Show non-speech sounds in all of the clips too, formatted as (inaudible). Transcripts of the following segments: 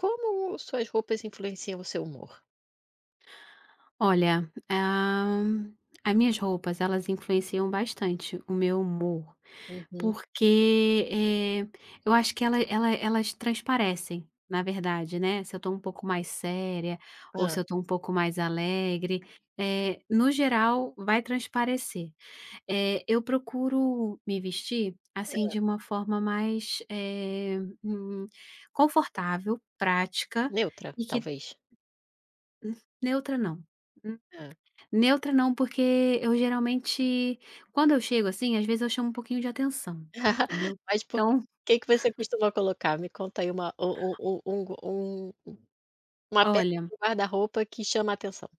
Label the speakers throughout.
Speaker 1: Como suas roupas influenciam o seu humor?
Speaker 2: Olha, as minhas roupas, elas influenciam bastante o meu humor,
Speaker 1: Uhum.
Speaker 2: porque, eu acho que elas transparecem, na verdade, né, se eu tô um pouco mais séria ou
Speaker 1: Hã,
Speaker 2: se eu tô um pouco mais alegre, no geral vai transparecer. Eu procuro me vestir, assim, de uma forma mais, hum, confortável, prática.
Speaker 1: neutra,
Speaker 2: E que
Speaker 1: talvez?
Speaker 2: Neutra não.
Speaker 1: Hã.
Speaker 2: Neutra não, porque eu geralmente quando eu chego, assim, às vezes eu chamo um pouquinho de atenção,
Speaker 1: (laughs)
Speaker 2: entendeu.
Speaker 1: Mas por que
Speaker 2: Então,
Speaker 1: que que você costuma colocar? Me conta aí uma u u um um uma peça
Speaker 2: olha,
Speaker 1: do guarda-roupa que chama a atenção.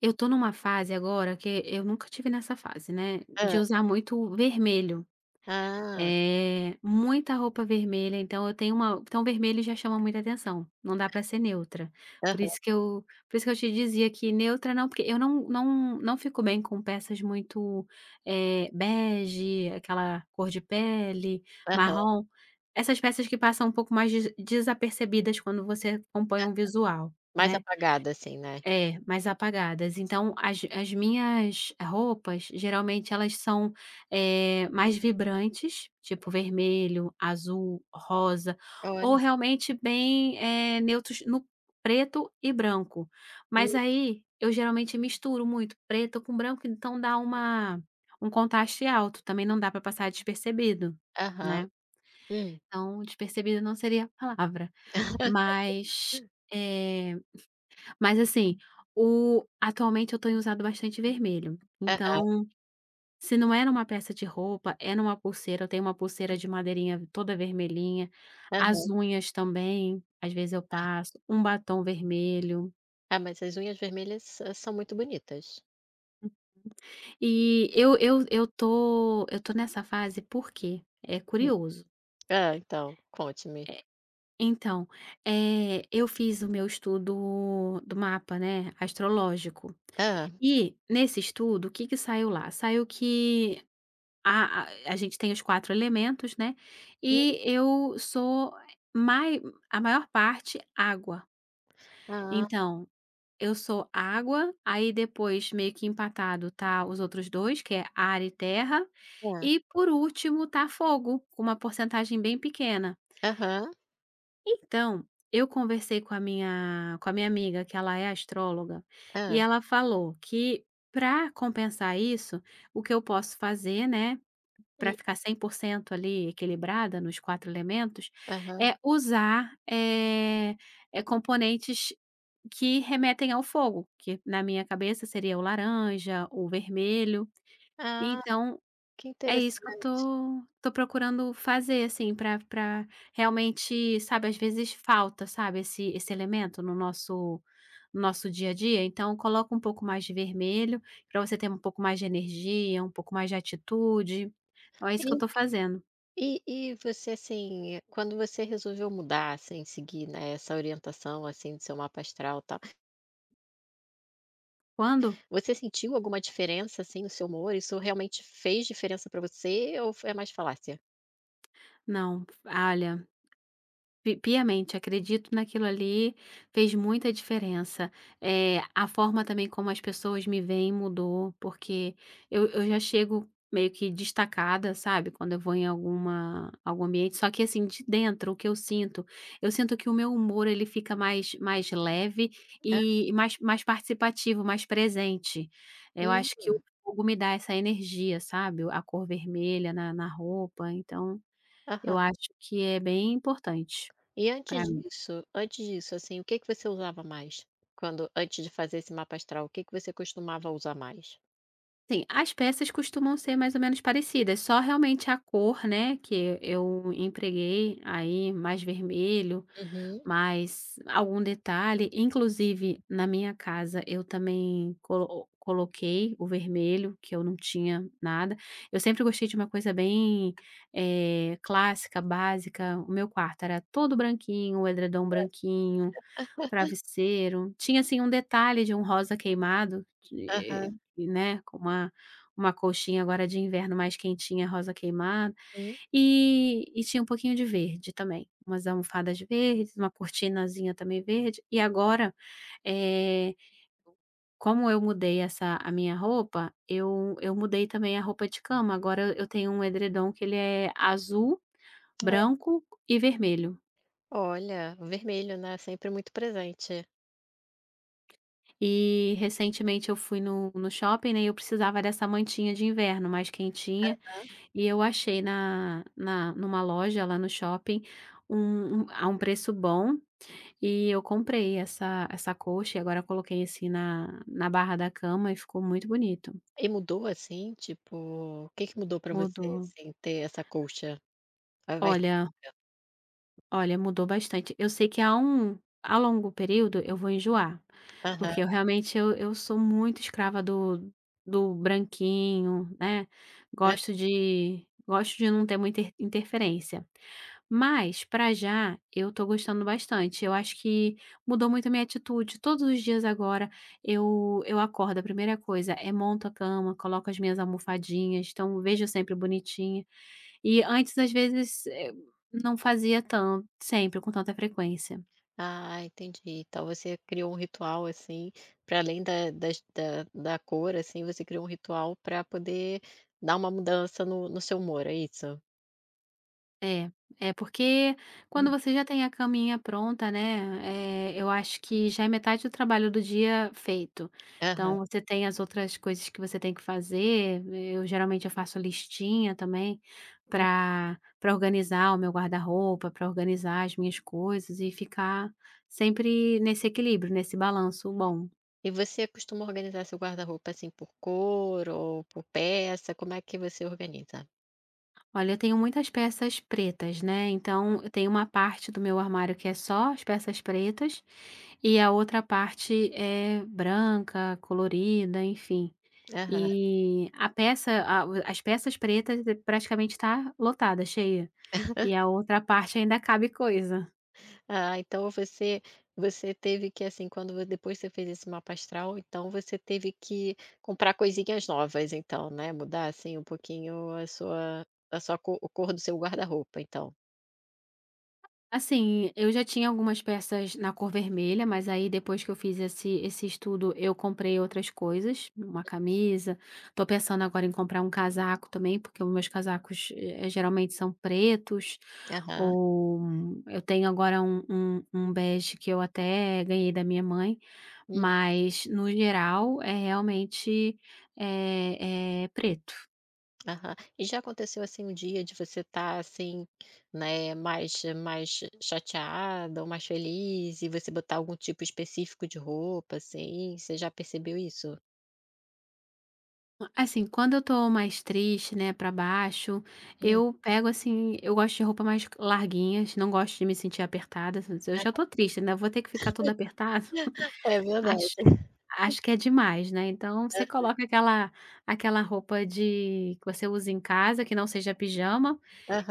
Speaker 2: eu tô numa fase agora que eu nunca tive nessa fase, né, de
Speaker 1: Hã.
Speaker 2: usar muito vermelho.
Speaker 1: Ah,
Speaker 2: É, muita roupa vermelha, então eu tenho uma então vermelho já chama muita atenção, não dá para ser neutra. Por
Speaker 1: aham,
Speaker 2: isso que eu por isso que eu te dizia que neutra não, porque eu não fico bem com peças muito, bege, aquela cor de pele,
Speaker 1: aham.
Speaker 2: marrom, essas peças que passam um pouco mais desapercebidas quando você compõe um visual,
Speaker 1: Mais
Speaker 2: né.
Speaker 1: apagada, assim, né.
Speaker 2: É, mais apagadas. Então as minhas roupas, geralmente elas são, mais vibrantes, tipo vermelho, azul, rosa, ou
Speaker 1: Olha,
Speaker 2: realmente bem, neutros no preto e branco.
Speaker 1: hum,
Speaker 2: Mas aí, eu geralmente misturo muito preto com branco, então dá uma um contraste alto, também não dá para passar despercebido,
Speaker 1: aham,
Speaker 2: né.
Speaker 1: hum.
Speaker 2: Então, despercebido não seria a palavra,
Speaker 1: (laughs)
Speaker 2: mas, eh mas assim, o atualmente eu tenho usado bastante vermelho,
Speaker 1: Aham,
Speaker 2: então, se não é numa peça de roupa, é numa pulseira, eu tenho uma pulseira de madeirinha toda vermelhinha,
Speaker 1: aham.
Speaker 2: as unhas também, às vezes eu passo um batom vermelho.
Speaker 1: Ah, mas as unhas vermelhas, hã, são muito bonitas.
Speaker 2: E eu tô nessa fase, porque é
Speaker 1: Hum.
Speaker 2: curioso.
Speaker 1: Hã, então, conte-me.
Speaker 2: Então, eu fiz o meu estudo do mapa, né, astrológico.
Speaker 1: Ah,
Speaker 2: E nesse estudo, o que que saiu lá? Saiu que a gente tem os 4 elementos, né,
Speaker 1: hum.
Speaker 2: e eu sou mai a maior parte água.
Speaker 1: Ah, ah.
Speaker 2: Então, eu sou água, aí depois meio que empatado tá os outros 2 que é ar e terra, e por último tá fogo, com uma porcentagem bem pequena.
Speaker 1: Aham.
Speaker 2: Então, eu conversei com a minha amiga, que ela é astróloga, e
Speaker 1: Hã.
Speaker 2: ela falou que, para compensar isso, o que eu posso fazer, né,
Speaker 1: Hum,
Speaker 2: para ficar 100% ali equilibrada nos 4 elementos,
Speaker 1: aham.
Speaker 2: é usar, componentes que remetem ao fogo, que na minha cabeça seria o laranja, o vermelho.
Speaker 1: Ah,
Speaker 2: Então
Speaker 1: que
Speaker 2: é isso que eu
Speaker 1: interessante.
Speaker 2: tô procurando fazer, assim, pra realmente, sabe, às vezes falta, sabe, esse elemento no nosso dia a dia, então coloca um pouco mais de vermelho, pra você ter um pouco mais de energia, um pouco mais de atitude. Então é isso
Speaker 1: E
Speaker 2: que eu tô fazendo.
Speaker 1: e você, assim, quando você resolveu mudar, assim, seguir, né, essa orientação, assim, do seu mapa astral, e tal,
Speaker 2: Quando?
Speaker 1: você sentiu alguma diferença, assim, no seu humor? Isso realmente fez diferença pra você ou f é mais falácia?
Speaker 2: Não, olha, Pi piamente, acredito naquilo ali, fez muita diferença. A forma também como as pessoas me veem mudou, porque eu já chego meio que destacada, sabe, quando eu vou em algum ambiente, só que assim, de dentro, o que eu sinto que o meu humor ele fica mais leve
Speaker 1: É?
Speaker 2: e mais participativo, mais presente. Eu
Speaker 1: Hum,
Speaker 2: acho que o fogo me dá essa energia, sabe, a cor vermelha na roupa, então
Speaker 1: aham.
Speaker 2: eu acho que é bem importante.
Speaker 1: E
Speaker 2: Pra
Speaker 1: antes
Speaker 2: mim,
Speaker 1: disso antes disso, assim, o que que você usava mais? Quando antes de fazer esse mapa astral, o que que você costumava usar mais?
Speaker 2: sim, as peças costumam ser mais ou menos parecidas, só realmente a cor, né, que eu empreguei aí mais vermelho,
Speaker 1: Uhum.
Speaker 2: mais algum detalhe, inclusive na minha casa eu também coloquei o vermelho, que eu não tinha nada. Eu sempre gostei de uma coisa bem, clássica, básica. O meu quarto era todo branquinho, o edredom branquinho. Travesseiro, tinha, assim, um detalhe de um rosa queimado, que
Speaker 1: Aham.
Speaker 2: né, com uma colchinha agora de inverno mais quentinha, rosa queimado,
Speaker 1: Hum.
Speaker 2: e tinha um pouquinho de verde também, umas almofadas verdes, uma cortinazinha também verde. E agora, eh, como eu mudei essa a minha roupa, eu mudei também a roupa de cama. Agora eu tenho um edredom que ele é azul,
Speaker 1: Ah,
Speaker 2: branco e vermelho.
Speaker 1: olha, o vermelho, né, sempre muito presente.
Speaker 2: E recentemente eu fui no shopping, né, e eu precisava dessa mantinha de inverno mais quentinha,
Speaker 1: Hã.
Speaker 2: e eu achei na na numa loja lá no shopping, um um a um preço bom, e eu comprei essa coxa e agora coloquei assim na barra da cama e ficou muito bonito,
Speaker 1: E mudou, assim, tipo, o que que mudou pra você,
Speaker 2: mudou.
Speaker 1: assim, ter essa colcha ao invés
Speaker 2: Olha Olha, mudou bastante. Eu sei que a longo período eu vou enjoar,
Speaker 1: aham,
Speaker 2: porque eu realmente eu sou muito escrava do branquinho, né,
Speaker 1: hã.
Speaker 2: gosto de não ter muita interferência. Mas, para já, eu tô gostando bastante. Eu acho que mudou muito a minha atitude. Todos os dias agora eu acordo, a primeira coisa é monto a cama, coloco as minhas almofadinhas, então vejo sempre bonitinha. E antes, às vezes, não fazia tanto sempre, com tanta frequência.
Speaker 1: Ah, entendi. Então você criou um ritual, assim, pra além da das da da cor, assim, você criou um ritual pra poder dar uma mudança no seu humor, é isso?
Speaker 2: É, é, porque quando
Speaker 1: Hum.
Speaker 2: você já tem a caminha pronta, né, eu acho que já é metade do trabalho do dia feito. Então
Speaker 1: Aham.
Speaker 2: você tem as outras coisas que você tem que fazer, eu geralmente eu faço listinha também,
Speaker 1: Hum.
Speaker 2: para organizar o meu guarda-roupa, para organizar as minhas coisas e ficar sempre nesse equilíbrio, nesse balanço bom.
Speaker 1: E você costuma organizar seu guarda-roupa, assim, por cor ou por peça? Como é que você organiza?
Speaker 2: Olha, eu tenho muitas peças pretas, né, então eu tenho uma parte do meu armário que é só as peças pretas, e a outra parte é branca, colorida, enfim.
Speaker 1: Aham.
Speaker 2: E a peça a o as peças pretas, praticamente está lotada, cheia, e a outra parte ainda cabe coisa.
Speaker 1: Ah, então você teve que, assim, quando vo depois você fez esse mapa astral, então você teve que comprar coisinhas novas então, né, mudar, assim, um pouquinho a sua co o cor do seu guarda-roupa então.
Speaker 2: Assim, eu já tinha algumas peças na cor vermelha, mas aí depois que eu fiz esse estudo, eu comprei outras coisas, uma camisa. Tô pensando agora em comprar um casaco também, porque os meus casacos, geralmente são pretos,
Speaker 1: Aham. Aham.
Speaker 2: ou eu tenho agora um bege que eu até ganhei da minha mãe,
Speaker 1: Uhum.
Speaker 2: mas no geral é realmente, é preto.
Speaker 1: Aham. E já aconteceu, assim, um dia de você estar, assim, né, mais chateada ou mais feliz e você botar algum tipo específico de roupa, assim, você já percebeu isso?
Speaker 2: Assim, quando eu tô mais triste, né, pra baixo,
Speaker 1: Hum.
Speaker 2: eu pego assim, eu gosto de roupa mais larguinhas, não gosto de me sentir apertada. Eu já tô triste, né? Vou ter que ficar toda apertada.
Speaker 1: É
Speaker 2: (laughs)
Speaker 1: verdade.
Speaker 2: Acho, acho que é demais, né? Então você
Speaker 1: Aham,
Speaker 2: coloca aquela roupa de que você usa em casa, que não seja pijama,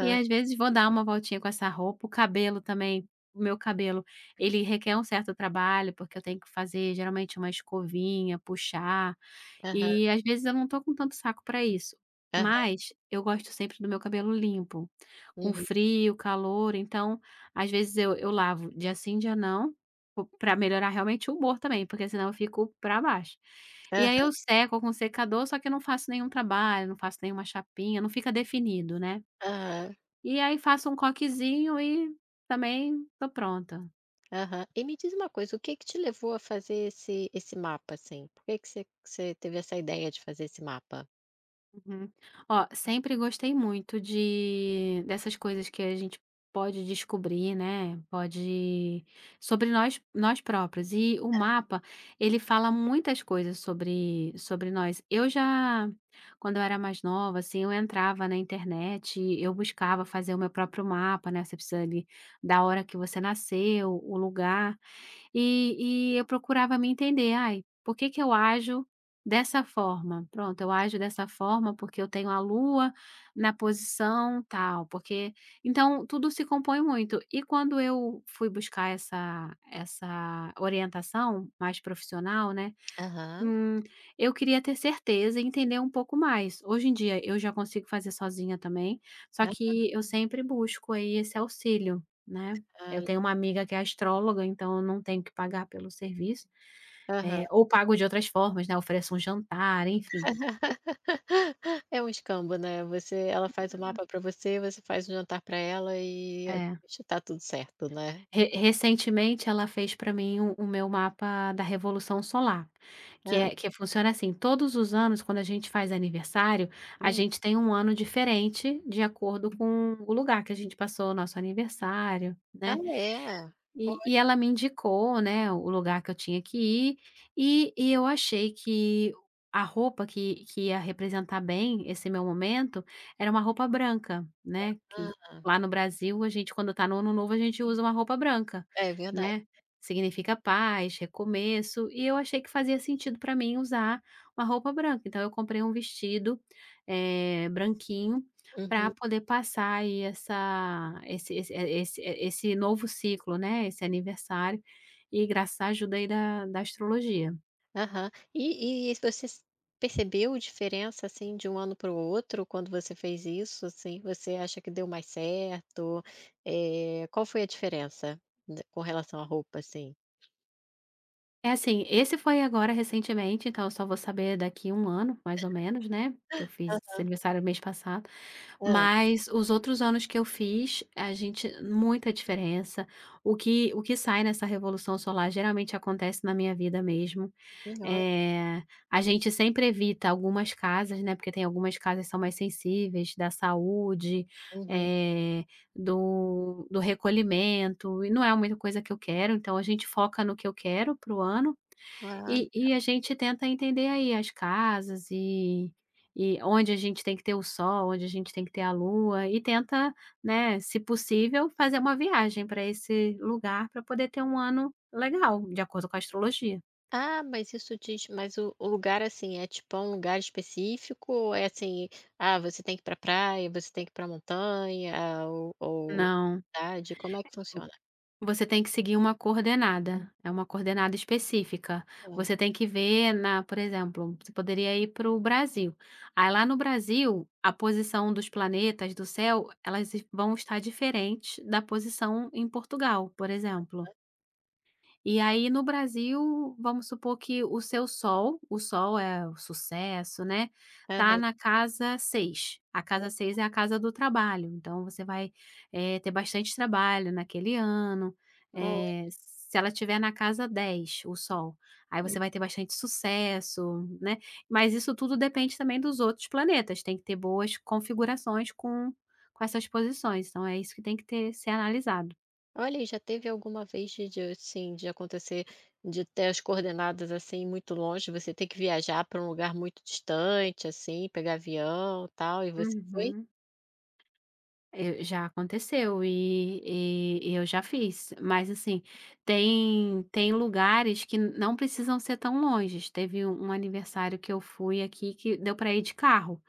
Speaker 2: e às vezes vou dar uma voltinha com essa roupa, o cabelo também. O meu cabelo, ele requer um certo trabalho, porque eu tenho que fazer geralmente uma escovinha, puxar.
Speaker 1: aham,
Speaker 2: E às vezes eu não tô com tanto saco pra isso, mas eu gosto sempre do meu cabelo limpo, com
Speaker 1: Uhum.
Speaker 2: frio, calor, então às vezes eu lavo dia sim, dia não, po pra melhorar realmente o humor também, porque senão eu fico pra baixo. E
Speaker 1: Ah,
Speaker 2: aí eu seco com secador, só que eu não faço nenhum trabalho, não faço nenhuma chapinha, não fica definido, né.
Speaker 1: Aham,
Speaker 2: E aí faço um coquezinho e também tô pronta.
Speaker 1: aham. E me diz uma coisa, o que que te levou a fazer esse mapa, assim? Por que que você teve essa ideia de fazer esse mapa?
Speaker 2: Uhum. Ó, sempre gostei muito de dessas coisas que a gente pode descobrir, né, pode sobre nós próprios. E o mapa, ele fala muitas coisas sobre nós. Eu já, quando eu era mais nova, assim, eu entrava na internet, eu buscava fazer o meu próprio mapa, né, você precisa ali da hora que você nasceu, o lugar. E eu procurava me entender: "Ai, por que que eu ajo dessa forma? Pronto, eu ajo dessa forma porque eu tenho a lua na posição tal, porque". Então tudo se compõe muito. E quando eu fui buscar essa orientação mais profissional, né,
Speaker 1: Aham.
Speaker 2: Hum, eu queria ter certeza e entender um pouco mais. Hoje em dia eu já consigo fazer sozinha também, só
Speaker 1: Ah,
Speaker 2: que eu sempre busco aí esse auxílio, né. Eu
Speaker 1: ah,
Speaker 2: tenho uma amiga que é astróloga, então eu não tenho que pagar pelo serviço,
Speaker 1: aham.
Speaker 2: ou pago de outras formas, né, ofereço um jantar, enfim.
Speaker 1: (laughs) É um escambo, né, você ela faz o mapa para você, você faz o jantar para ela e
Speaker 2: É.
Speaker 1: acho tá tudo certo, né.
Speaker 2: Re recentemente ela fez para mim o meu mapa da revolução solar, que
Speaker 1: Hã,
Speaker 2: é que funciona assim: todos os anos quando a gente faz aniversário, a
Speaker 1: hum.
Speaker 2: gente tem um ano diferente de acordo com o lugar que a gente passou o nosso aniversário,
Speaker 1: Ah,
Speaker 2: né.
Speaker 1: é?
Speaker 2: E ela me indicou, né, o lugar que eu tinha que ir, e eu achei que a roupa que ia representar bem esse meu momento era uma roupa branca, né, que
Speaker 1: Ah,
Speaker 2: lá no Brasil a gente quando tá no ano novo a gente usa uma roupa branca,
Speaker 1: é verdade.
Speaker 2: né, significa paz, recomeço, e eu achei que fazia sentido para mim usar uma roupa branca, então eu comprei um vestido, branquinho, para
Speaker 1: Uhum.
Speaker 2: poder passar aí essa esse esse é, esse é, esse novo ciclo, né, esse aniversário, e graças à ajuda aí da astrologia.
Speaker 1: Aham. E você s percebeu diferença, assim, de um ano para o outro quando você fez isso, assim? Você acha que deu mais certo? Qual foi a diferença d com relação à roupa, assim?
Speaker 2: É assim, esse foi agora recentemente, então eu só vou saber daqui um ano, mais ou menos, né, que eu fiz
Speaker 1: Hã,
Speaker 2: esse aniversário mês passado.
Speaker 1: hã.
Speaker 2: Mas os outros anos que eu fiz, a gente muita diferença. O que sai nessa revolução solar geralmente acontece na minha vida mesmo.
Speaker 1: Melhor.
Speaker 2: Eh, a gente sempre evita algumas casas, né, porque tem algumas casas que são mais sensíveis, da saúde,
Speaker 1: Uhum.
Speaker 2: eh do recolhimento, e não é muita coisa que eu quero, então a gente foca no que eu quero para o ano,
Speaker 1: Claro.
Speaker 2: e a gente tenta entender aí as casas e onde a gente tem que ter o sol, onde a gente tem que ter a lua e tenta, né, se possível, fazer uma viagem para esse lugar para poder ter um ano legal, de acordo com a astrologia.
Speaker 1: Ah, mas isso diz mas o lugar, assim, é tipo, é um lugar específico ou é assim, ah, você tem que ir pra praia, você tem que ir pra montanha ou
Speaker 2: Não.
Speaker 1: cidade, como é que funciona?
Speaker 2: Você tem que seguir uma coordenada, é uma coordenada específica. Você
Speaker 1: É.
Speaker 2: tem que ver na por exemplo, você poderia ir para o Brasil. Aí lá no Brasil, a posição dos planetas do céu, elas vão estar diferentes da posição em Portugal, por exemplo. E aí no Brasil, vamos supor que o seu sol, o sol é o sucesso, né, tá
Speaker 1: Aham.
Speaker 2: na casa 6. A casa 6 é a casa do trabalho, então você vai, ter bastante trabalho naquele ano. Se ela tiver na casa 10, o sol, aí você vai ter bastante sucesso, né. Mas isso tudo depende também dos outros planetas, tem que ter boas configurações com essas posições, então é isso que tem que ter ser analisado.
Speaker 1: Olha, e já teve alguma vez de, assim, de acontecer de ter as coordenadas, assim, muito longe, você ter que viajar para um lugar muito distante, assim, pegar avião, tal, e você foi?
Speaker 2: Uhum. Eu já aconteceu e eu já fiz, mas assim, tem lugares que não precisam ser tão longe. Teve um aniversário que eu fui aqui que deu para ir de carro.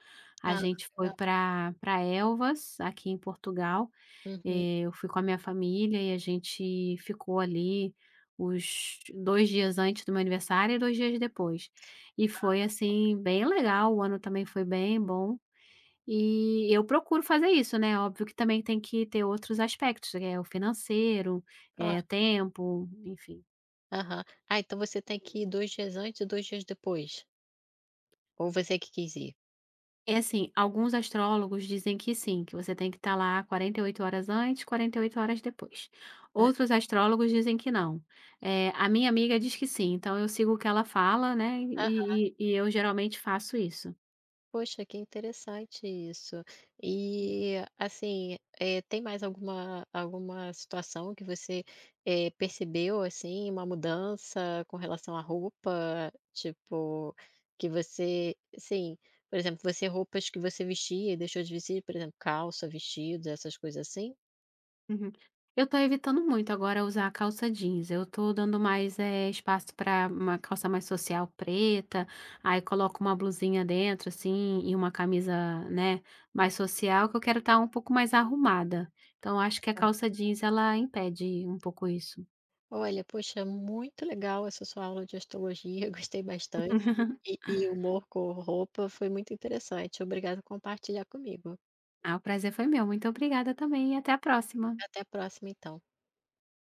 Speaker 2: A
Speaker 1: Ah,
Speaker 2: gente foi
Speaker 1: legal.
Speaker 2: para Elvas, aqui em Portugal,
Speaker 1: Uhum.
Speaker 2: eu fui com a minha família e a gente ficou ali os 2 dias antes do meu aniversário e 2 dias depois. E foi, assim, bem legal, o ano também foi bem bom. E eu procuro fazer isso, né, óbvio que também tem que ter outros aspectos, que é o financeiro,
Speaker 1: Claro.
Speaker 2: é tempo, enfim.
Speaker 1: Aham. Ah, então você tem que ir 2 dias antes e 2 dias depois? Ou você que quis ir?
Speaker 2: É assim, alguns astrólogos dizem que sim, que você tem que estar lá 48 horas antes, 48 horas depois. Outros astrólogos dizem que não. A minha amiga diz que sim, então eu sigo o que ela fala, né, e eu geralmente faço isso.
Speaker 1: Poxa, que interessante isso.
Speaker 2: Hum.
Speaker 1: E assim, tem mais alguma situação que você, percebeu, assim, uma mudança com relação à roupa, tipo, que você sim, por exemplo, você roupas que você vestia e deixou de vestir, por exemplo, calça, vestidos, essas coisas assim?
Speaker 2: Uhum. Eu tô evitando muito agora usar calça jeans. Eu tô dando mais, espaço para uma calça mais social preta, aí coloco uma blusinha dentro, assim, e uma camisa, né, mais social, que eu quero estar um pouco mais arrumada. Então, eu acho que a calça jeans ela impede um pouco isso.
Speaker 1: Olha, poxa, muito legal essa sua aula de astrologia, (laughs) gostei bastante. E
Speaker 2: (laughs)
Speaker 1: e humor com roupa foi muito interessante. Obrigada por compartilhar comigo.
Speaker 2: Ah, o prazer foi meu. Muito obrigada também e até a próxima.
Speaker 1: Até a próxima, então.